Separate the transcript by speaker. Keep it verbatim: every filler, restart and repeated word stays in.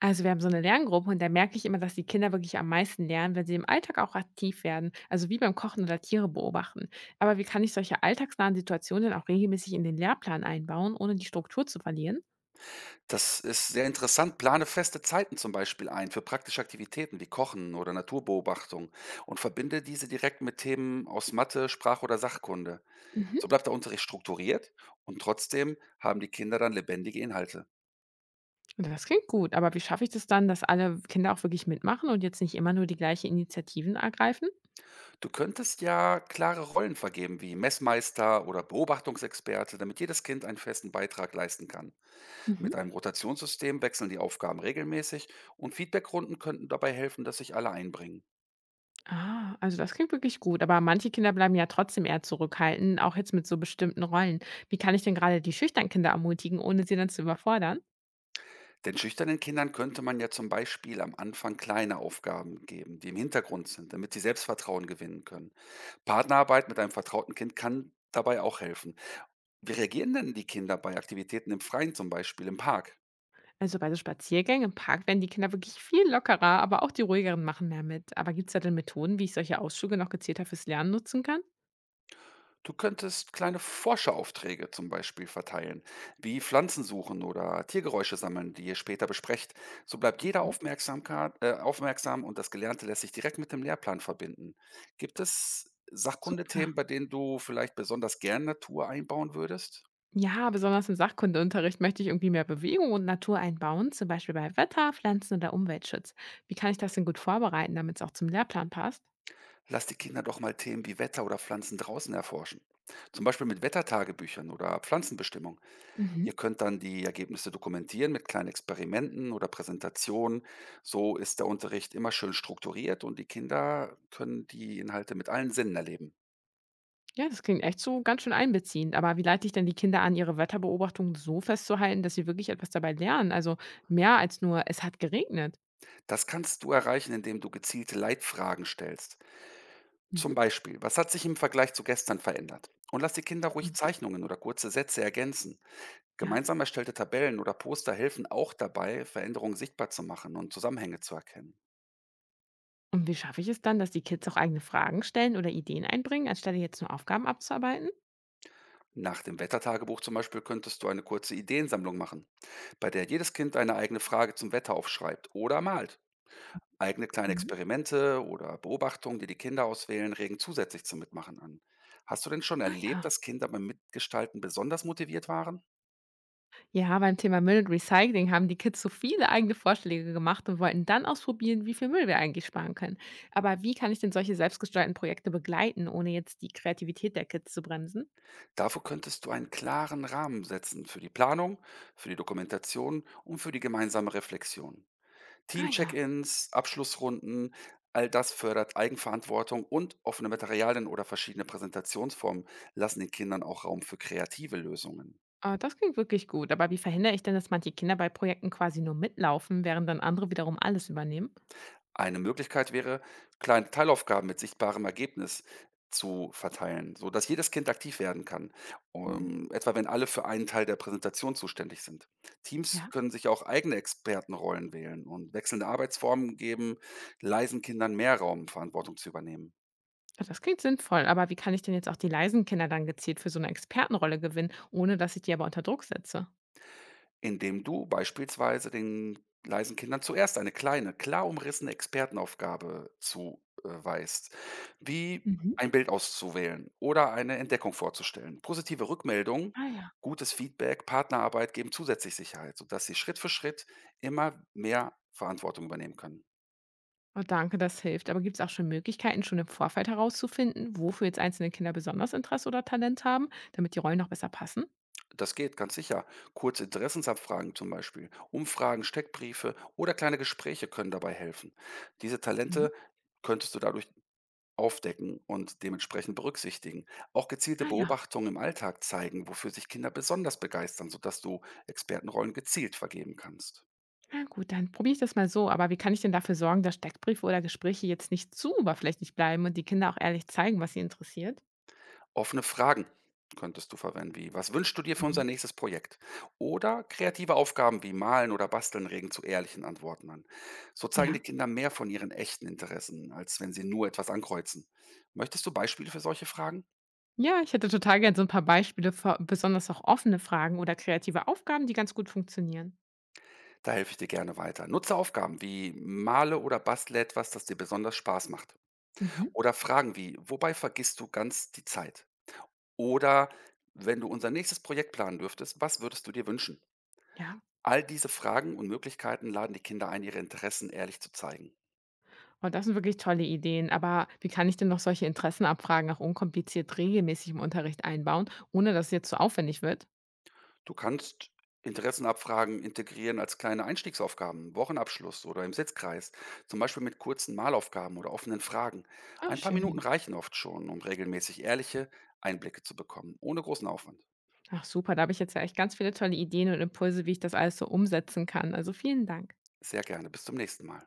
Speaker 1: Also wir haben so eine Lerngruppe und da merke ich immer, dass die Kinder wirklich am meisten lernen, wenn sie im Alltag auch aktiv werden, also wie beim Kochen oder Tiere beobachten. Aber wie kann ich solche alltagsnahen Situationen denn auch regelmäßig in den Lehrplan einbauen, ohne die Struktur zu verlieren?
Speaker 2: Das ist sehr interessant. Plane feste Zeiten zum Beispiel ein für praktische Aktivitäten wie Kochen oder Naturbeobachtung und verbinde diese direkt mit Themen aus Mathe, Sprach- oder Sachkunde.
Speaker 1: Mhm.
Speaker 2: So bleibt der Unterricht strukturiert und trotzdem haben die Kinder dann lebendige Inhalte.
Speaker 1: Das klingt gut, aber wie schaffe ich das dann, dass alle Kinder auch wirklich mitmachen und jetzt nicht immer nur die gleichen Initiativen ergreifen?
Speaker 2: Du könntest ja klare Rollen vergeben wie Messmeister oder Beobachtungsexperte, damit jedes Kind einen festen Beitrag leisten kann.
Speaker 1: Mhm.
Speaker 2: Mit einem Rotationssystem wechseln die Aufgaben regelmäßig und Feedbackrunden könnten dabei helfen, dass sich alle einbringen.
Speaker 1: Ah, also das klingt wirklich gut, aber manche Kinder bleiben ja trotzdem eher zurückhaltend, auch jetzt mit so bestimmten Rollen. Wie kann ich denn gerade die schüchternen Kinder ermutigen, ohne sie dann zu überfordern?
Speaker 2: Den schüchternen Kindern könnte man ja zum Beispiel am Anfang kleine Aufgaben geben, die im Hintergrund sind, damit sie Selbstvertrauen gewinnen können. Partnerarbeit mit einem vertrauten Kind kann dabei auch helfen. Wie reagieren denn die Kinder bei Aktivitäten im Freien, zum Beispiel im Park?
Speaker 1: Also bei so Spaziergängen im Park werden die Kinder wirklich viel lockerer, aber auch die ruhigeren machen mehr mit. Aber gibt es da denn Methoden, wie ich solche Ausflüge noch gezielter fürs Lernen nutzen kann?
Speaker 2: Du könntest kleine Forscheraufträge zum Beispiel verteilen, wie Pflanzen suchen oder Tiergeräusche sammeln, die ihr später besprecht. So bleibt jeder
Speaker 1: Mhm.
Speaker 2: Aufmerksamkeit, äh, aufmerksam und das Gelernte lässt sich direkt mit dem Lehrplan verbinden. Gibt es
Speaker 1: Super.
Speaker 2: Sachkundethemen, bei denen du vielleicht besonders gern Natur einbauen würdest?
Speaker 1: Ja, besonders im Sachkundeunterricht möchte ich irgendwie mehr Bewegung und Natur einbauen, zum Beispiel bei Wetter, Pflanzen oder Umweltschutz. Wie kann ich das denn gut vorbereiten, damit es auch zum Lehrplan passt?
Speaker 2: Lass die Kinder doch mal Themen wie Wetter oder Pflanzen draußen erforschen. Zum Beispiel mit Wettertagebüchern oder Pflanzenbestimmung.
Speaker 1: Mhm.
Speaker 2: Ihr könnt dann die Ergebnisse dokumentieren mit kleinen Experimenten oder Präsentationen. So ist der Unterricht immer schön strukturiert und die Kinder können die Inhalte mit allen Sinnen erleben.
Speaker 1: Ja, das klingt echt so ganz schön einbeziehend. Aber wie leite ich denn die Kinder an, ihre Wetterbeobachtungen so festzuhalten, dass sie wirklich etwas dabei lernen? Also mehr als nur, es hat geregnet.
Speaker 2: Das kannst du erreichen, indem du gezielte Leitfragen stellst.
Speaker 1: Mhm.
Speaker 2: Zum Beispiel, was hat sich im Vergleich zu gestern verändert? Und lass die Kinder ruhig
Speaker 1: Mhm.
Speaker 2: Zeichnungen oder kurze Sätze ergänzen.
Speaker 1: Ja.
Speaker 2: Gemeinsam erstellte Tabellen oder Poster helfen auch dabei, Veränderungen sichtbar zu machen und Zusammenhänge zu erkennen.
Speaker 1: Und wie schaffe ich es dann, dass die Kids auch eigene Fragen stellen oder Ideen einbringen, anstatt jetzt nur Aufgaben abzuarbeiten?
Speaker 2: Nach dem Wettertagebuch zum Beispiel könntest du eine kurze Ideensammlung machen, bei der jedes Kind eine eigene Frage zum Wetter aufschreibt oder malt. Eigene kleine
Speaker 1: Mhm.
Speaker 2: Experimente oder Beobachtungen, die die Kinder auswählen, regen zusätzlich zum Mitmachen an. Hast du denn schon
Speaker 1: Ah
Speaker 2: erlebt,
Speaker 1: ja.
Speaker 2: dass Kinder beim Mitgestalten besonders motiviert waren?
Speaker 1: Ja, beim Thema Müll und Recycling haben die Kids so viele eigene Vorschläge gemacht und wollten dann ausprobieren, wie viel Müll wir eigentlich sparen können. Aber wie kann ich denn solche selbstgesteuerten Projekte begleiten, ohne jetzt die Kreativität der Kids zu bremsen?
Speaker 2: Dafür könntest du einen klaren Rahmen setzen für die Planung, für die Dokumentation und für die gemeinsame Reflexion.
Speaker 1: Ah ja.
Speaker 2: Team-Check-ins, Abschlussrunden, all das fördert Eigenverantwortung, und offene Materialien oder verschiedene Präsentationsformen lassen den Kindern auch Raum für kreative Lösungen.
Speaker 1: Ah, das klingt wirklich gut. Aber wie verhindere ich denn, dass manche Kinder bei Projekten quasi nur mitlaufen, während dann andere wiederum alles übernehmen?
Speaker 2: Eine Möglichkeit wäre, kleine Teilaufgaben mit sichtbarem Ergebnis zu verteilen, so dass jedes Kind aktiv werden kann,
Speaker 1: Mhm.
Speaker 2: ähm, etwa wenn alle für einen Teil der Präsentation zuständig sind. Teams
Speaker 1: Ja.
Speaker 2: können sich auch eigene Expertenrollen wählen, und wechselnde Arbeitsformen geben leisen Kindern mehr Raum, Verantwortung zu übernehmen.
Speaker 1: Also, das klingt sinnvoll, aber wie kann ich denn jetzt auch die leisen Kinder dann gezielt für so eine Expertenrolle gewinnen, ohne dass ich die aber unter Druck setze?
Speaker 2: Indem du beispielsweise den leisen Kindern zuerst eine kleine, klar umrissene Expertenaufgabe zuweist, wie
Speaker 1: Mhm.
Speaker 2: ein Bild auszuwählen oder eine Entdeckung vorzustellen. Positive Rückmeldungen,
Speaker 1: Ah ja.
Speaker 2: gutes Feedback, Partnerarbeit geben zusätzlich Sicherheit, sodass sie Schritt für Schritt immer mehr Verantwortung übernehmen können.
Speaker 1: Oh, danke, das hilft. Aber gibt es auch schon Möglichkeiten, schon im Vorfeld herauszufinden, wofür jetzt einzelne Kinder besonders Interesse oder Talent haben, damit die Rollen noch besser passen?
Speaker 2: Das geht ganz sicher. Kurze Interessensabfragen zum Beispiel, Umfragen, Steckbriefe oder kleine Gespräche können dabei helfen. Diese
Speaker 1: Mhm.
Speaker 2: Talente könntest du dadurch aufdecken und dementsprechend berücksichtigen. Auch gezielte
Speaker 1: Ah ja.
Speaker 2: Beobachtungen im Alltag zeigen, wofür sich Kinder besonders begeistern, sodass du Expertenrollen gezielt vergeben kannst.
Speaker 1: Na gut, dann probiere ich das mal so. Aber wie kann ich denn dafür sorgen, dass Steckbriefe oder Gespräche jetzt nicht zu oberflächlich bleiben und die Kinder auch ehrlich zeigen, was sie interessiert?
Speaker 2: Offene Fragen könntest du verwenden, wie was wünschst du dir für unser
Speaker 1: Mhm.
Speaker 2: nächstes Projekt? Oder kreative Aufgaben wie Malen oder Basteln regen zu ehrlichen Antworten an. So zeigen die
Speaker 1: Ja.
Speaker 2: Kinder mehr von ihren echten Interessen, als wenn sie nur etwas ankreuzen. Möchtest du Beispiele für solche Fragen?
Speaker 1: Ja, ich hätte total gern so ein paar Beispiele für besonders auch offene Fragen oder kreative Aufgaben, die ganz gut funktionieren.
Speaker 2: Da helfe ich dir gerne weiter. Nutze Aufgaben wie Male oder bastle etwas, das dir besonders Spaß macht.
Speaker 1: Mhm,
Speaker 2: Oder Fragen wie: „Wobei vergisst du ganz die Zeit?“ Oder: „Wenn du unser nächstes Projekt planen dürftest, was würdest du dir wünschen?“
Speaker 1: ja.
Speaker 2: All diese Fragen und Möglichkeiten laden die Kinder ein, ihre Interessen ehrlich zu zeigen.
Speaker 1: Und das sind wirklich tolle Ideen. Aber wie kann ich denn noch solche Interessenabfragen auch unkompliziert regelmäßig im Unterricht einbauen, ohne dass es jetzt so aufwendig wird?
Speaker 2: Du kannst Interessenabfragen integrieren als kleine Einstiegsaufgaben, Wochenabschluss oder im Sitzkreis, zum Beispiel mit kurzen Malaufgaben oder offenen Fragen.
Speaker 1: Ach
Speaker 2: Ein paar Minuten
Speaker 1: schön.
Speaker 2: reichen oft schon, um regelmäßig ehrliche Einblicke zu bekommen, ohne großen Aufwand.
Speaker 1: Ach super, da habe ich jetzt ja echt ganz viele tolle Ideen und Impulse, wie ich das alles so umsetzen kann. Also, vielen Dank.
Speaker 2: Sehr gerne, bis zum nächsten Mal.